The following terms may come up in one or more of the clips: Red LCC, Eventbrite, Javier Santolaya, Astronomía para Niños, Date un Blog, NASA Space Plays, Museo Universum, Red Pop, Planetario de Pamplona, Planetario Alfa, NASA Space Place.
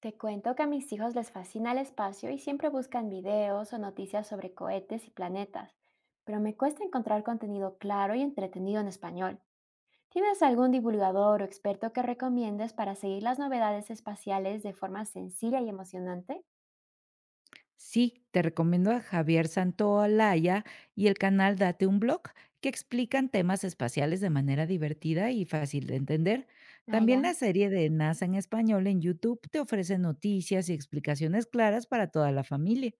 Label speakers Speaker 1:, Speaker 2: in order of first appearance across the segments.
Speaker 1: Te cuento que a mis hijos les fascina el espacio y siempre buscan videos o noticias sobre cohetes y planetas, pero me cuesta encontrar contenido claro y entretenido en español. ¿Tienes algún divulgador o experto que recomiendes para seguir las novedades espaciales de forma sencilla y emocionante?
Speaker 2: Sí, te recomiendo a Javier Santolaya y el canal Date un Blog, que explican temas espaciales de manera divertida y fácil de entender.
Speaker 1: Ah,
Speaker 2: También
Speaker 1: ya.
Speaker 2: la serie de NASA en español en YouTube te ofrece noticias y explicaciones claras para toda la familia.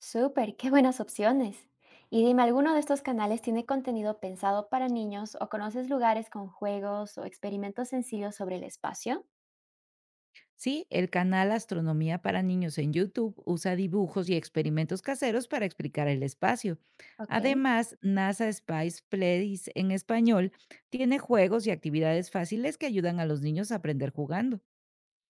Speaker 1: Súper, qué buenas opciones. Y dime, ¿alguno de estos canales tiene contenido pensado para niños o conoces lugares con juegos o experimentos sencillos sobre el espacio?
Speaker 2: Sí, el canal Astronomía para Niños en YouTube usa dibujos y experimentos caseros para explicar el espacio.
Speaker 1: Ok.
Speaker 2: Además, NASA Space Plays en español tiene juegos y actividades fáciles que ayudan a los niños a aprender jugando.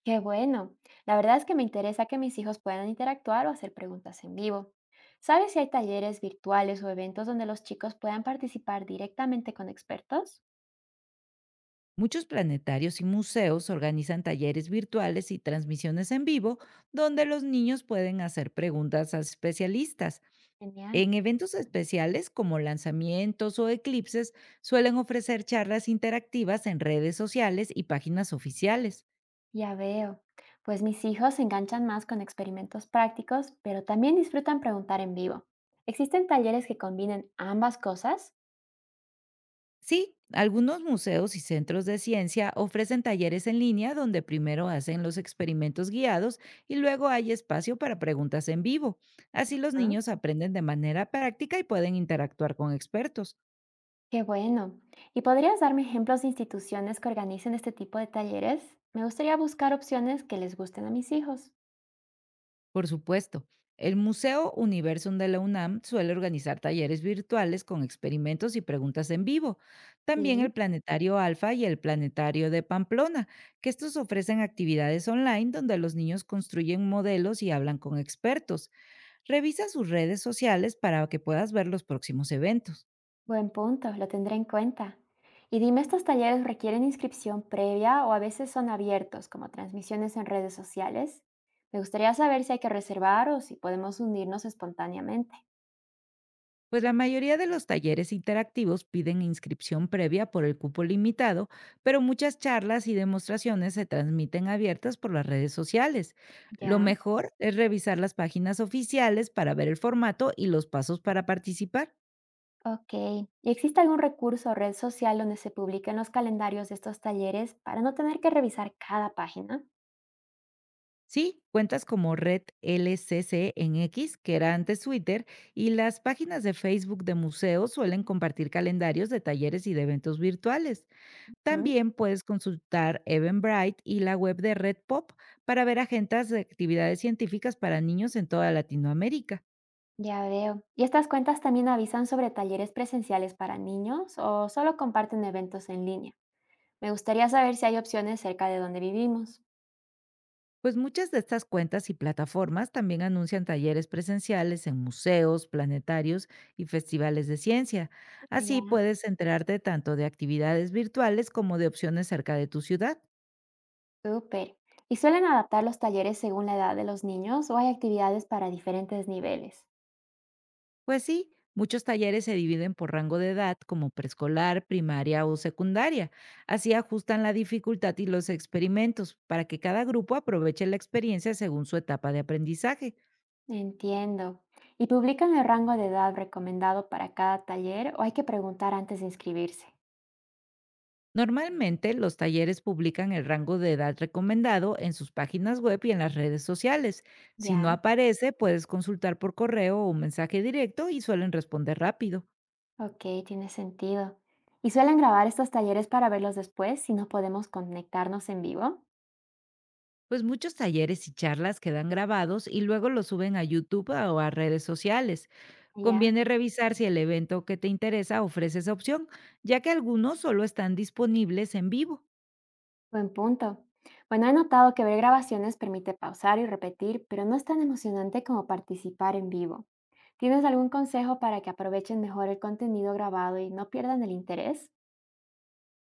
Speaker 1: Qué bueno. La verdad es que me interesa que mis hijos puedan interactuar o hacer preguntas en vivo. ¿Sabes si hay talleres virtuales o eventos donde los chicos puedan participar directamente con expertos?
Speaker 2: Muchos planetarios y museos organizan talleres virtuales y transmisiones en vivo donde los niños pueden hacer preguntas a especialistas.
Speaker 1: Genial.
Speaker 2: En eventos especiales como lanzamientos o eclipses suelen ofrecer charlas interactivas en redes sociales y páginas oficiales.
Speaker 1: Ya veo. Pues mis hijos se enganchan más con experimentos prácticos, pero también disfrutan preguntar en vivo. ¿Existen talleres que combinen ambas cosas?
Speaker 2: Sí, algunos museos y centros de ciencia ofrecen talleres en línea donde primero hacen los experimentos guiados y luego hay espacio para preguntas en vivo. Así los
Speaker 1: Ah,
Speaker 2: niños aprenden de manera práctica y pueden interactuar con expertos.
Speaker 1: qué bueno. ¿Y podrías darme ejemplos de instituciones que organicen este tipo de talleres? Me gustaría buscar opciones que les gusten a mis hijos.
Speaker 2: Por supuesto, el Museo Universum de la UNAM suele organizar talleres virtuales con experimentos y preguntas en vivo. También el
Speaker 1: Sí.
Speaker 2: Planetario Alfa y el Planetario de Pamplona, que estos ofrecen actividades online donde los niños construyen modelos y hablan con expertos. Revisa sus redes sociales para que puedas ver los próximos eventos,
Speaker 1: Buen punto, lo tendré en cuenta. Y dime, ¿estos talleres requieren inscripción previa o a veces son abiertos, como transmisiones en redes sociales? Me gustaría saber si hay que reservar o si podemos unirnos espontáneamente.
Speaker 2: pues la mayoría de los talleres interactivos piden inscripción previa por el cupo limitado, pero muchas charlas y demostraciones se transmiten abiertas por las redes sociales. Lo
Speaker 1: Ya,
Speaker 2: mejor es revisar las páginas oficiales para ver el formato y los pasos para participar.
Speaker 1: ok. ¿Y existe algún recurso o red social donde se publiquen los calendarios de estos talleres para no tener que revisar cada página?
Speaker 2: Sí, cuentas como Red LCC en X, que era antes Twitter, y las páginas de Facebook de museos suelen compartir calendarios de talleres y de eventos virtuales.
Speaker 1: Mm,
Speaker 2: También puedes consultar Eventbrite y la web de Red Pop para ver agendas de actividades científicas para niños en toda Latinoamérica.
Speaker 1: ya veo. ¿Y estas cuentas también avisan sobre talleres presenciales para niños o solo comparten eventos en línea? Me gustaría saber si hay opciones cerca de donde vivimos.
Speaker 2: Pues muchas de estas cuentas y plataformas también anuncian talleres presenciales en museos, planetarios y festivales de ciencia.
Speaker 1: Ah,
Speaker 2: Así
Speaker 1: ya,
Speaker 2: puedes enterarte tanto de actividades virtuales como de opciones cerca de tu ciudad.
Speaker 1: súper. ¿Y suelen adaptar los talleres según la edad de los niños o hay actividades para diferentes niveles?
Speaker 2: Pues sí, muchos talleres se dividen por rango de edad, como preescolar, primaria o secundaria. Así ajustan la dificultad y los experimentos para que cada grupo aproveche la experiencia según su etapa de aprendizaje.
Speaker 1: Entiendo. ¿Y publican el rango de edad recomendado para cada taller o hay que preguntar antes de inscribirse?
Speaker 2: Normalmente, los talleres publican el rango de edad recomendado en sus páginas web y en las redes sociales. Si no
Speaker 1: Ya,
Speaker 2: aparece, puedes consultar por correo o un mensaje directo y suelen responder rápido.
Speaker 1: ok, tiene sentido. ¿Y suelen grabar estos talleres para verlos después si no podemos conectarnos en vivo?
Speaker 2: Pues muchos talleres y charlas quedan grabados y luego los suben a YouTube o a redes sociales.
Speaker 1: Ya,
Speaker 2: Conviene revisar si el evento que te interesa ofrece esa opción, ya que algunos solo están disponibles en vivo.
Speaker 1: buen punto. Bueno, he notado que ver grabaciones permite pausar y repetir, pero no es tan emocionante como participar en vivo. ¿Tienes algún consejo para que aprovechen mejor el contenido grabado y no pierdan el interés?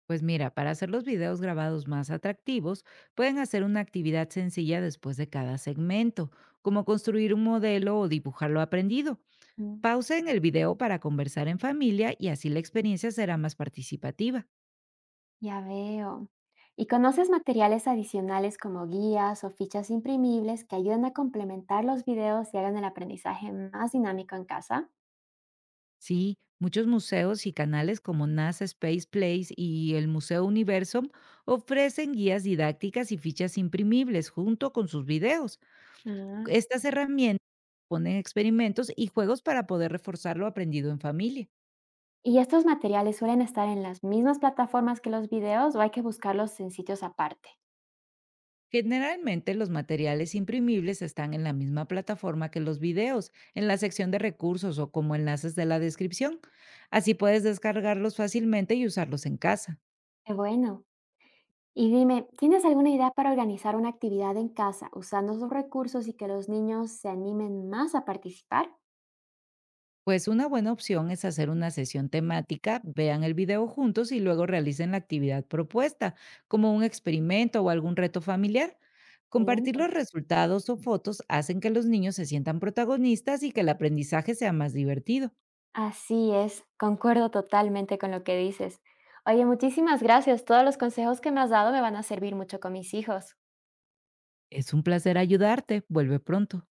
Speaker 2: Pues mira, para hacer los videos grabados más atractivos, pueden hacer una actividad sencilla después de cada segmento, como construir un modelo o dibujar lo aprendido.
Speaker 1: Mm,
Speaker 2: Pausen el video para conversar en familia y así la experiencia será más participativa.
Speaker 1: ya veo. ¿Y conoces materiales adicionales como guías o fichas imprimibles que ayuden a complementar los videos y hagan el aprendizaje más dinámico en casa?
Speaker 2: Sí, muchos museos y canales como NASA Space Place y el Museo Universum ofrecen guías didácticas y fichas imprimibles junto con sus videos.
Speaker 1: Ah,
Speaker 2: Estas herramientas ponen experimentos y juegos para poder reforzar lo aprendido en familia.
Speaker 1: ¿y estos materiales suelen estar en las mismas plataformas que los videos o hay que buscarlos en sitios aparte?
Speaker 2: Generalmente los materiales imprimibles están en la misma plataforma que los videos, en la sección de recursos o como enlaces de la descripción. Así puedes descargarlos fácilmente y usarlos en casa.
Speaker 1: Qué bueno. Y dime, ¿tienes alguna idea para organizar una actividad en casa usando esos recursos y que los niños se animen más a participar?
Speaker 2: Pues una buena opción es hacer una sesión temática, vean el video juntos y luego realicen la actividad propuesta, como un experimento o algún reto familiar. Compartir
Speaker 1: Excelente.
Speaker 2: los resultados o fotos hacen que los niños se sientan protagonistas y que el aprendizaje sea más divertido.
Speaker 1: Así es, concuerdo totalmente con lo que dices. Oye, muchísimas gracias. Todos los consejos que me has dado me van a servir mucho con mis hijos.
Speaker 2: Es un placer ayudarte. Vuelve pronto.